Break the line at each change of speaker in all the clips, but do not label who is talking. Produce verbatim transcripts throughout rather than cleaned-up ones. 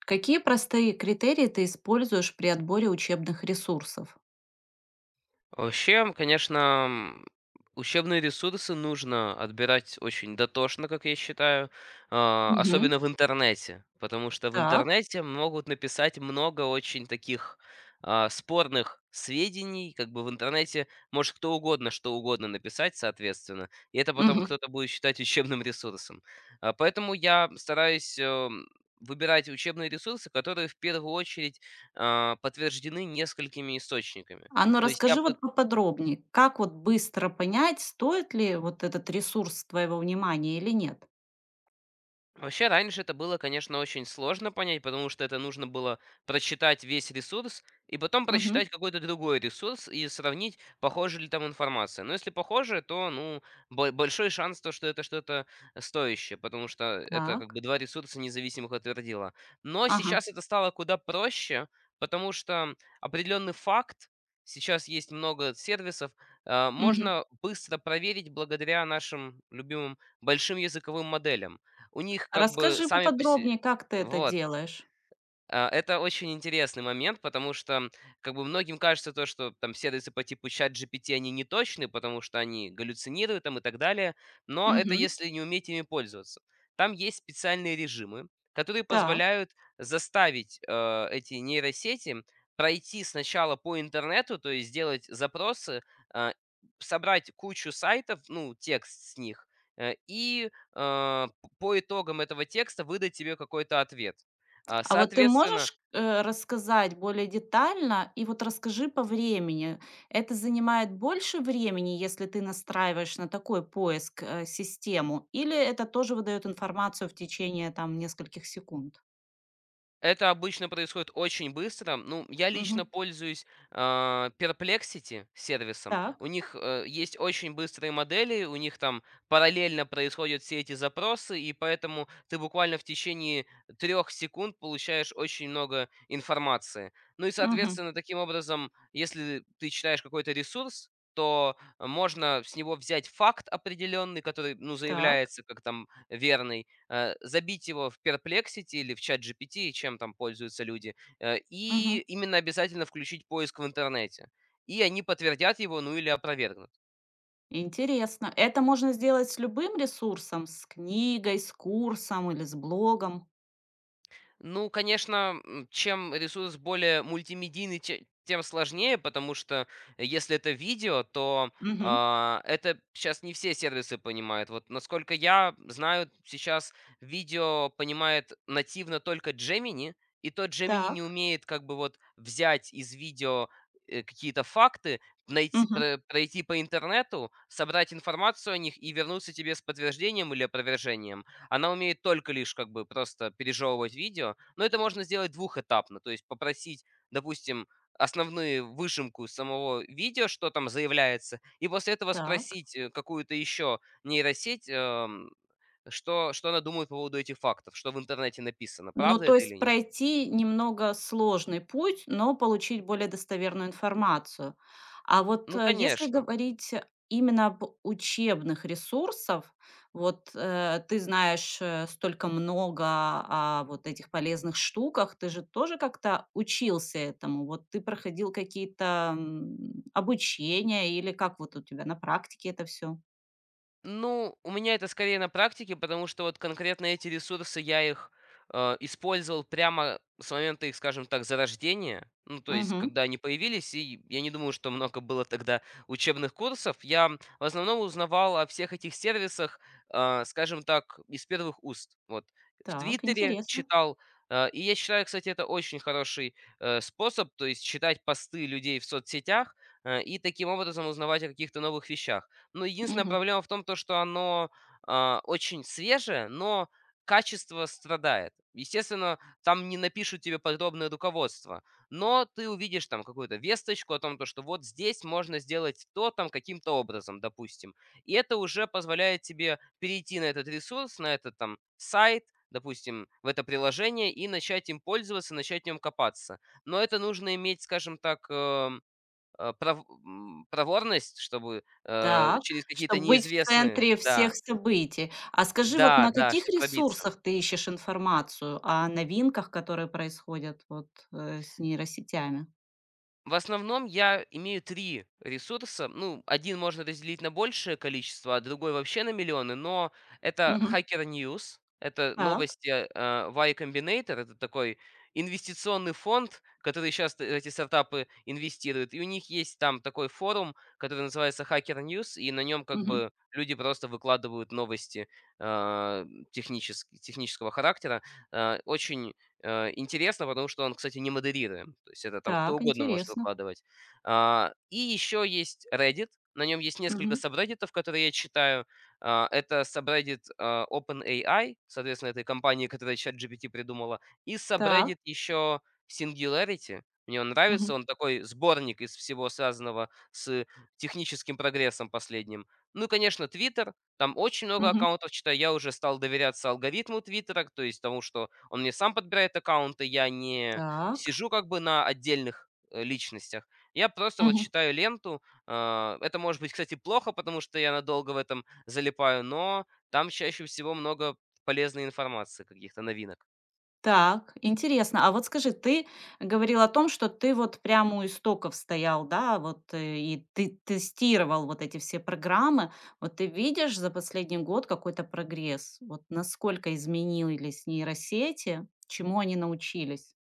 Какие простые критерии ты используешь при отборе учебных ресурсов?
Вообще, конечно, м, учебные ресурсы нужно отбирать очень дотошно, как я считаю, а,
Мгм.
особенно в интернете, потому что в
Так.
интернете могут написать много очень таких а, спорных сведений, как бы в интернете может кто угодно что угодно написать, соответственно, и это потом
Мгм.
кто-то будет считать учебным ресурсом. А, Поэтому я стараюсь эм, выбирать учебные ресурсы, которые в первую очередь а, подтверждены несколькими источниками.
А ну
То есть я
расскажи вот поподробнее, как вот быстро понять, стоит ли вот этот ресурс твоего внимания или нет?
Вообще, раньше это было, конечно, очень сложно понять, потому что это нужно было прочитать весь ресурс и потом
Мгм.
прочитать какой-то другой ресурс и сравнить, похожа ли там информация. Но если похоже, то, ну, бо- большой шанс, то, что это что-то стоящее, потому что это как
Так.
бы два ресурса независимых отвердила. Но
Ага.
сейчас это стало куда проще, потому что определенный факт, сейчас есть много сервисов, э,
Мгм.
можно быстро проверить благодаря нашим любимым большим языковым моделям. У них как бы
Расскажи
сами по се
поподробнее, как ты это
Вот.
делаешь.
А, Это очень интересный момент, потому что как бы многим кажется то, что там сервисы по типу чат ChatGPT, они не точны, потому что они галлюцинируют там и так далее, но это
Мгм.
если не уметь ими пользоваться. Там есть специальные режимы, которые
Так.
позволяют заставить э, эти нейросети пройти сначала по интернету, то есть сделать запросы, а, собрать кучу сайтов, ну, текст с них, э, и э, п- по итогам этого текста выдать тебе какой-то ответ. А,
А вот ты
соответственно,
можешь, э, рассказать более детально? И вот расскажи по времени. Это занимает больше времени, если ты настраиваешь на такой поиск, э, систему, или это тоже выдает информацию в течение, там, нескольких секунд?
это обычно происходит очень быстро. Ну, я лично
Мгм.
пользуюсь, а, Perplexity сервисом. У
Так.
них, э, есть очень быстрые модели, у них там параллельно происходят все эти запросы, и поэтому ты буквально в течение трех секунд получаешь очень много информации. Ну и,
Мгм.
соответственно, таким образом, если ты читаешь какой-то ресурс, то можно с него взять факт определенный, который, ну,
Так.
заявляется как там верный, э, забить его в Perplexity или в чат ChatGPT, чем там пользуются люди, э,
Мгм.
и именно обязательно включить поиск в интернете. И они подтвердят его, ну или опровергнут.
Интересно. Это можно сделать с любым ресурсом? С книгой, с курсом или с блогом?
Ну, конечно, м, чем ресурс более мультимедийный, те- тем сложнее, потому что э, если это видео, то
Мгм.
а, это сейчас не все сервисы понимают. Вот насколько я знаю, сейчас видео понимает нативно только Gemini, и тот Gemini не
Так.
умеет как бы вот взять из видео э, какие-то факты, найти,
Мгм.
про- пройти по интернету, собрать информацию о них и вернуться тебе с подтверждением или опровержением. Она умеет только лишь как бы просто пережевывать видео, но это можно сделать двухэтапно, то есть попросить, допустим, основную выжимку самого видео, что там заявляется, и после этого
Так.
спросить э, какую-то еще нейросеть, эм, что, что она думает по поводу этих фактов, что в интернете написано,
Ну,
правда
то
это или
есть
нет.
пройти немного сложный путь, но получить более достоверную информацию. А вот,
Ну,
э, если
конечно.
говорить именно об учебных ресурсов, вот, э, ты знаешь, э, столько много о вот этих полезных штуках, ты же тоже как-то учился этому? Вот ты проходил какие-то, м, обучения или как вот у тебя на практике это все?
Ну, у меня это скорее на практике, потому что вот конкретно эти ресурсы я их э, использовал прямо с момента их, скажем так, зарождения. Ну, то есть,
Угу,
когда они появились, и я не думаю, что много было тогда учебных курсов. Я в основном узнавал о всех этих сервисах, э, скажем так, из первых уст. Вот в
Так,
Твиттере
интересно.
читал. э, И я считаю, кстати, это очень хороший э, способ, то есть читать посты людей в соцсетях э, и таким образом узнавать о каких-то новых вещах. Но единственная
Мгм.
проблема в том, то, что оно, а, очень свежее, но качество страдает. Естественно, там не напишут тебе подробное руководство, но ты увидишь там какую-то весточку о том, то, что вот здесь можно сделать то там каким-то образом, допустим. И это уже позволяет тебе перейти на этот ресурс, на этот там сайт, допустим, в это приложение и начать им пользоваться, начать в нем копаться. Но это нужно иметь, скажем так, э, Э, пров м, проворность, чтобы, э,
Так,
через какие-то
чтобы быть в
неизвестные
центре
да,
всех событий. А скажи, вот
да,
на
да,
каких
чтобы пробиться.
ресурсах ты ищешь информацию о новинках, которые происходят вот, э, с нейросетями?
В основном я имею три ресурса. Ну, один можно разделить на большее количество, а другой вообще на миллионы, но это
Мгм.
Hacker News, это
Так.
новости, а, Y Combinator, это такой инвестиционный фонд, который сейчас эти стартапы инвестируют. И у них есть там такой форум, который называется Hacker News, и на нем как
Мгм.
бы люди просто выкладывают новости, а, техничес технического характера. А, очень Э, интересно, потому что он, кстати, не модерируем. То есть это там кто
Так,
угодно может
интересно.
выкладывать. А, и еще есть Reddit. На нем есть несколько
Мгм.
сабреддитов, которые я читаю. А, это сабреддит а, OpenAI, соответственно, этой компании, которая ChatGPT придумала. И
Так.
сабреддит еще Singularity. Мне он нравится.
Мгм.
Он такой сборник из всего связанного с техническим прогрессом последним. Ну и, конечно, Twitter. Там очень много
Мгм.
аккаунтов, читаю, я уже стал доверяться алгоритму "Твиттера", то есть тому, что он мне сам подбирает аккаунты, я не
Так.
сижу как бы на отдельных, э, личностях. Я просто вот читаю ленту. А, это может быть, кстати, плохо, потому что я надолго в этом залипаю, но там чаще всего много полезной информации, каких-то новинок.
Так, интересно. А вот скажи, ты говорил о том, что ты вот прямо у истоков стоял, да, вот, э, и ты тестировал вот эти все программы. Вот ты видишь за последний год какой-то прогресс? Вот насколько изменились нейросети, чему они научились?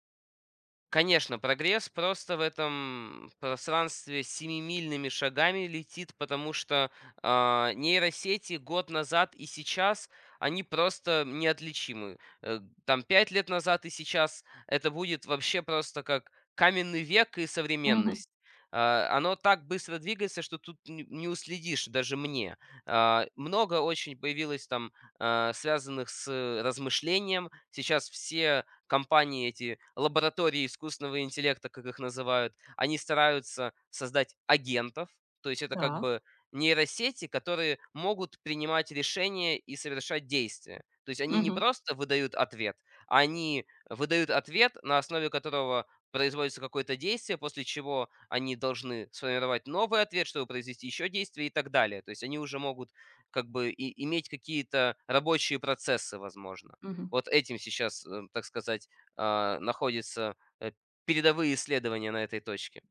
Конечно, прогресс просто в этом пространстве семимильными шагами летит, потому что а, нейросети год назад и сейчас они просто неотличимы. Э, Там пять лет назад и сейчас это будет вообще просто как каменный век и
Мгм.
современность. А, Оно так быстро двигается, что тут н- не уследишь даже мне. А, Много очень появилось там а, связанных с э, размышлением. Сейчас все компании, эти лаборатории искусственного интеллекта, как их называют, они стараются создать агентов, то есть это как
Так.
бы нейросети, которые могут принимать решения и совершать действия. То есть они не
Мгм.
просто выдают ответ, они выдают ответ, на основе которого производится какое-то действие, после чего они должны сформировать новый ответ, чтобы произвести еще действие и так далее. То есть они уже могут как бы и, иметь какие-то рабочие процессы, возможно.
Мгм.
Вот этим сейчас, э, так сказать, а, находятся, э, передовые исследования на этой точке.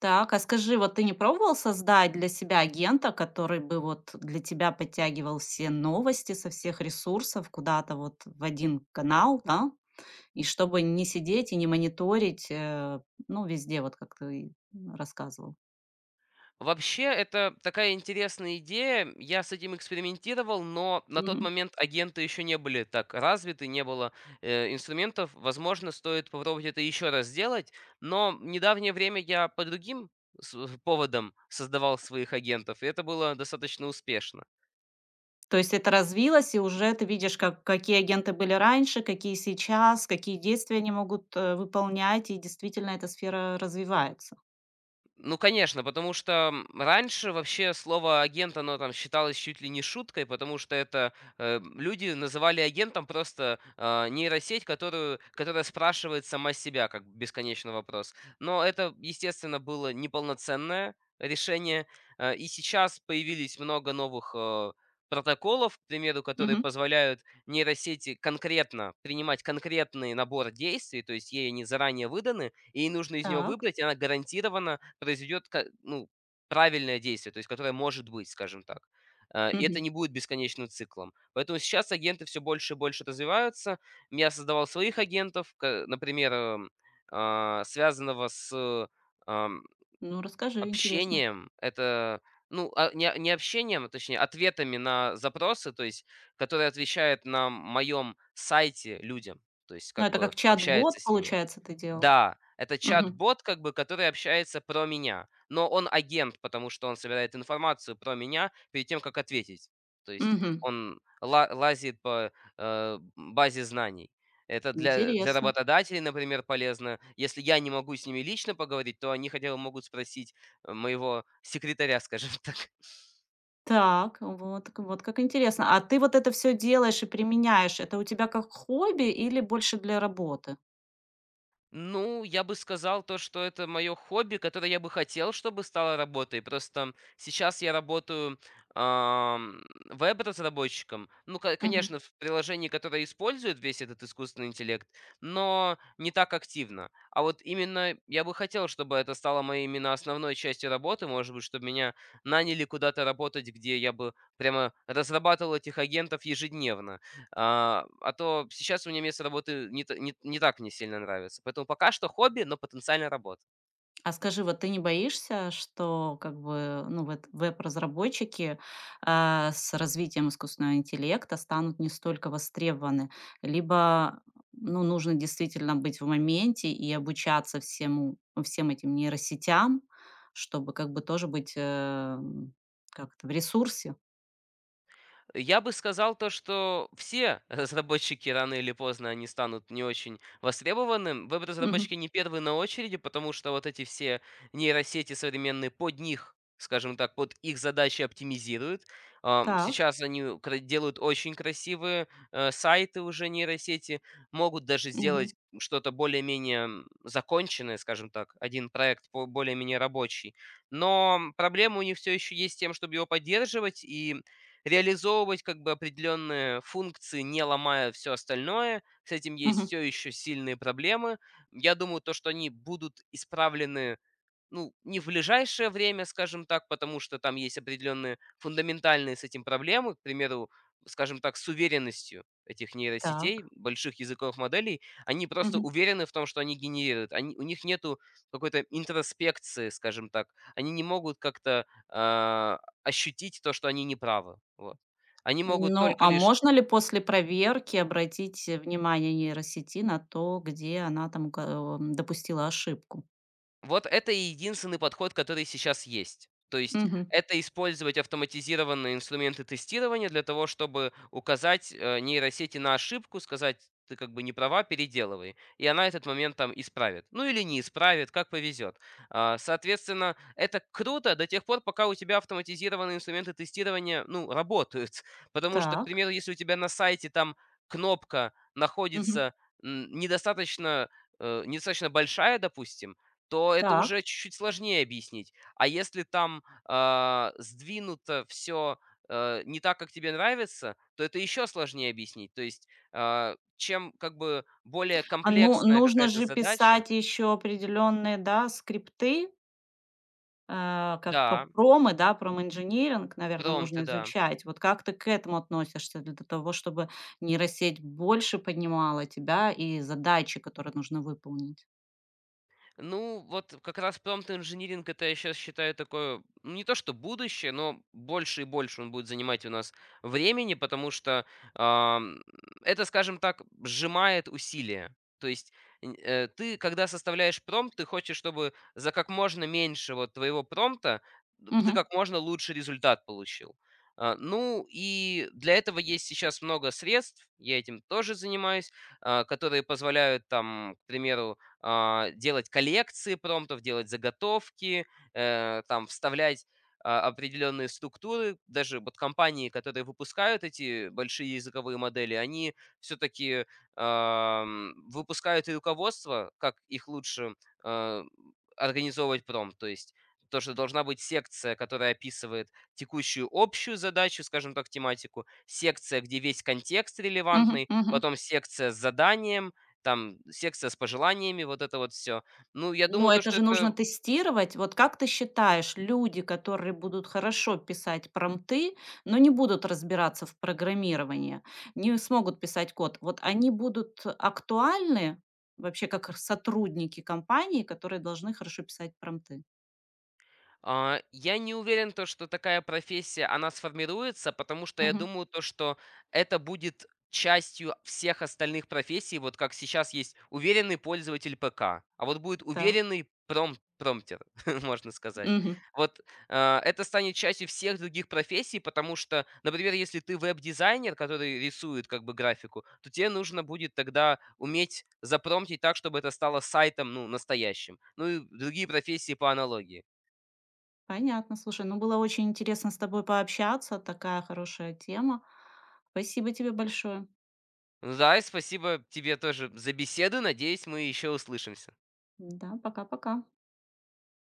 Так, а скажи, вот ты не пробовал создать для себя агента, который бы вот для тебя подтягивал все новости со всех ресурсов куда-то вот в один канал, да? И чтобы не сидеть и не мониторить, э, ну, везде, вот как ты рассказывал.
Вообще, это такая интересная идея. Я с этим экспериментировал, но на тот
Мгм.
момент агенты еще не были так развиты, не было, э, инструментов. Возможно, стоит попробовать это еще раз сделать, но в недавнее время я по другим с э, поводам создавал своих агентов, и это было достаточно успешно.
То есть это развилось, и уже ты видишь, как, какие агенты были раньше, какие сейчас, какие действия они могут э, выполнять, и действительно эта сфера развивается.
Ну, конечно, потому что, м, раньше вообще слово "агент", оно там считалось чуть ли не шуткой, потому что это, э, люди называли агентом просто, а, нейросеть, которую которая спрашивает сама себя, как бесконечный вопрос. Но это, естественно, было неполноценное решение. Э, и сейчас появились много новых, э, протоколов, к примеру, которые
Мгм.
позволяют нейросети конкретно принимать конкретный набор действий, то есть ей они заранее выданы, и ей нужно из него
Так.
выбрать, и она гарантированно произведет ка- ну, правильное действие, то есть которое может быть, скажем так. Э, И это
Мгм.
не будет бесконечным циклом. Поэтому сейчас агенты все больше и больше развиваются. Я создавал своих агентов, ка- например, эм, а, связанного с
Ну, расскажи, интересно.
общением, это, ну, а, не не общением, а точнее ответами на запросы, то есть которые отвечают на моем сайте людям, то есть
Ну,
как
это
бы
как чат-бот,
общается с ними.
получается, ты делал?
Да, это
Мгм.
чат-бот, как бы, который общается про меня. Но он агент, потому что он собирает информацию про меня перед тем, как ответить. То есть
Мгм.
он ла- лазит по э, базе знаний. Это для, для
Интересно.
работодателей, например, полезно. Если я не могу с ними лично поговорить, то они хотя бы могут спросить э, моего секретаря, скажем так.
Так, вот к вот как интересно. А ты вот это все делаешь и применяешь. Это у тебя как хобби или больше для работы?
Ну, я бы сказал то, что это мое хобби, которое я бы хотел, чтобы стало работой. Просто сейчас я работаю ам, веб-разработчиком. Ну, ко-
Мгм.
конечно, в приложении, которое использует весь этот искусственный интеллект, но не так активно. А вот именно я бы хотел, чтобы это стало моей именно основной частью работы. Может быть, чтобы меня наняли куда-то работать, где я бы прямо разрабатывал этих агентов ежедневно. А, а то сейчас у меня место работы не та не не так мне сильно нравится. Поэтому пока что хобби, но потенциально работа.
А скажи, вот ты не боишься, что как бы, ну, вот веб-разработчики, а, с развитием искусственного интеллекта станут не столько востребованы? Либо, ну, нужно действительно быть в моменте и обучаться всему всем этим нейросетям, чтобы как бы тоже быть, эм, как то в ресурсе?
Я бы сказал то, что все разработчики рано или поздно они станут не очень востребованным.
Мгм.
Веб-разработчики не первые на очереди, потому что вот эти все нейросети современные под них, скажем так, под их задачи оптимизируют. Ам,
Так.
Сейчас они кра- делают очень красивые э, сайты уже нейросети, могут даже сделать что-то более-менее м, законченное, скажем так, один проект по- более-менее рабочий. Но проблема у них все еще есть с тем, чтобы его поддерживать, и реализовывать как бы определенные функции, не ломая все остальное. С этим есть
Мгм.
все еще сильные проблемы. Я думаю, то, что они будут исправлены ну, не в ближайшее время, скажем так, потому что там есть определенные фундаментальные с этим проблемы. К примеру, скажем так, с уверенностью этих
Так.
нейросетей, больших языковых моделей, они просто
Мгм.
уверены в том, что они генерируют. Они, у них нету какой-то интроспекции, скажем так. Они не могут как-то а, ощутить то, что они неправы. Вот. Они могут
Ну,
только
а
лишь.
можно ли после проверки обратить э, внимание нейросети на то, где она там ука эм, допустила ошибку?
Вот это и единственный подход, который сейчас есть. То есть
Мгм.
это использовать автоматизированные инструменты тестирования для того, чтобы указать, э, нейросети на ошибку, сказать: "Ты как бы не права, переделывай". И она этот момент там исправит. Ну или не исправит, как повезет. А, соответственно, это круто до тех пор, пока у тебя автоматизированные инструменты тестирования, ну, работают. Потому что, к
Так.
примеру, если у тебя на сайте там кнопка
Мгм.
находится, м, недостаточно, э, недостаточно большая, допустим, то это
Так.
уже чуть-чуть сложнее объяснить. А если там, а, сдвинуто все не так, как тебе нравится, то это еще сложнее объяснить. То есть, а, чем как бы более
А, ну,
комплексная
нужно
какая-то
же
задача.
писать еще определенные, да, скрипты, э, как п
Да,
промы, да, проминжиниринг, наверное,
промпты,
нужно
да.
изучать. Вот как ты к этому относишься для того, чтобы нейросеть больше поднимала тебя и задачи, которые нужно выполнить?
Ну, вот как раз промпт-инжиниринг, это я сейчас считаю такое, ну, не то что будущее, но больше и больше он будет занимать у нас времени, потому что, ам, это, скажем так, сжимает усилия. То есть, н э, ты, когда составляешь промпт, ты хочешь, чтобы за как можно меньше вот твоего промпта д ты
Мгм.
как можно лучше результат получил. А, ну, и для этого есть сейчас много средств, я этим тоже занимаюсь, а, которые позволяют там, к примеру, а, делать коллекции промптов, делать заготовки, э, там вставлять а, определенные структуры. Даже вот компании, которые выпускают эти большие языковые модели, они все-таки выпускают и руководство, как их лучше э, организовывать промпт. То есть то, что должна быть секция, которая описывает текущую общую задачу, скажем так, тематику, секция, где весь контекст
Мгм.
релевантный,
Мгм.
потом секция с заданием, там секция с пожеланиями, вот это вот все. Ну, я
Но
думаю, то,
это
что
же нужно
это
тестировать. Вот как ты считаешь, люди, которые будут хорошо писать промпты, но не будут разбираться в программировании, не смогут писать код, вот они будут актуальны вообще как сотрудники компании, которые должны хорошо писать промпты?
А, я не уверен, то, что такая профессия, она сформируется, потому что я
Мгм.
думаю, то, что это будет частью всех остальных профессий, вот как сейчас есть уверенный пользователь пэ ка, а вот будет
Так,
уверенный пром- промптер, можно сказать.
Мгм.
Вот а, это станет частью всех других профессий, потому что, например, если ты веб-дизайнер, который рисует как бы графику, то тебе нужно будет тогда уметь запромтить так, чтобы это стало сайтом, ну, настоящим. Ну и другие профессии по аналогии.
понятно. Слушай, ну было очень интересно с тобой пообщаться, такая хорошая тема. Спасибо тебе большое.
Ну да, и спасибо тебе тоже за беседу. Надеюсь, мы еще услышимся.
Да, пока-пока.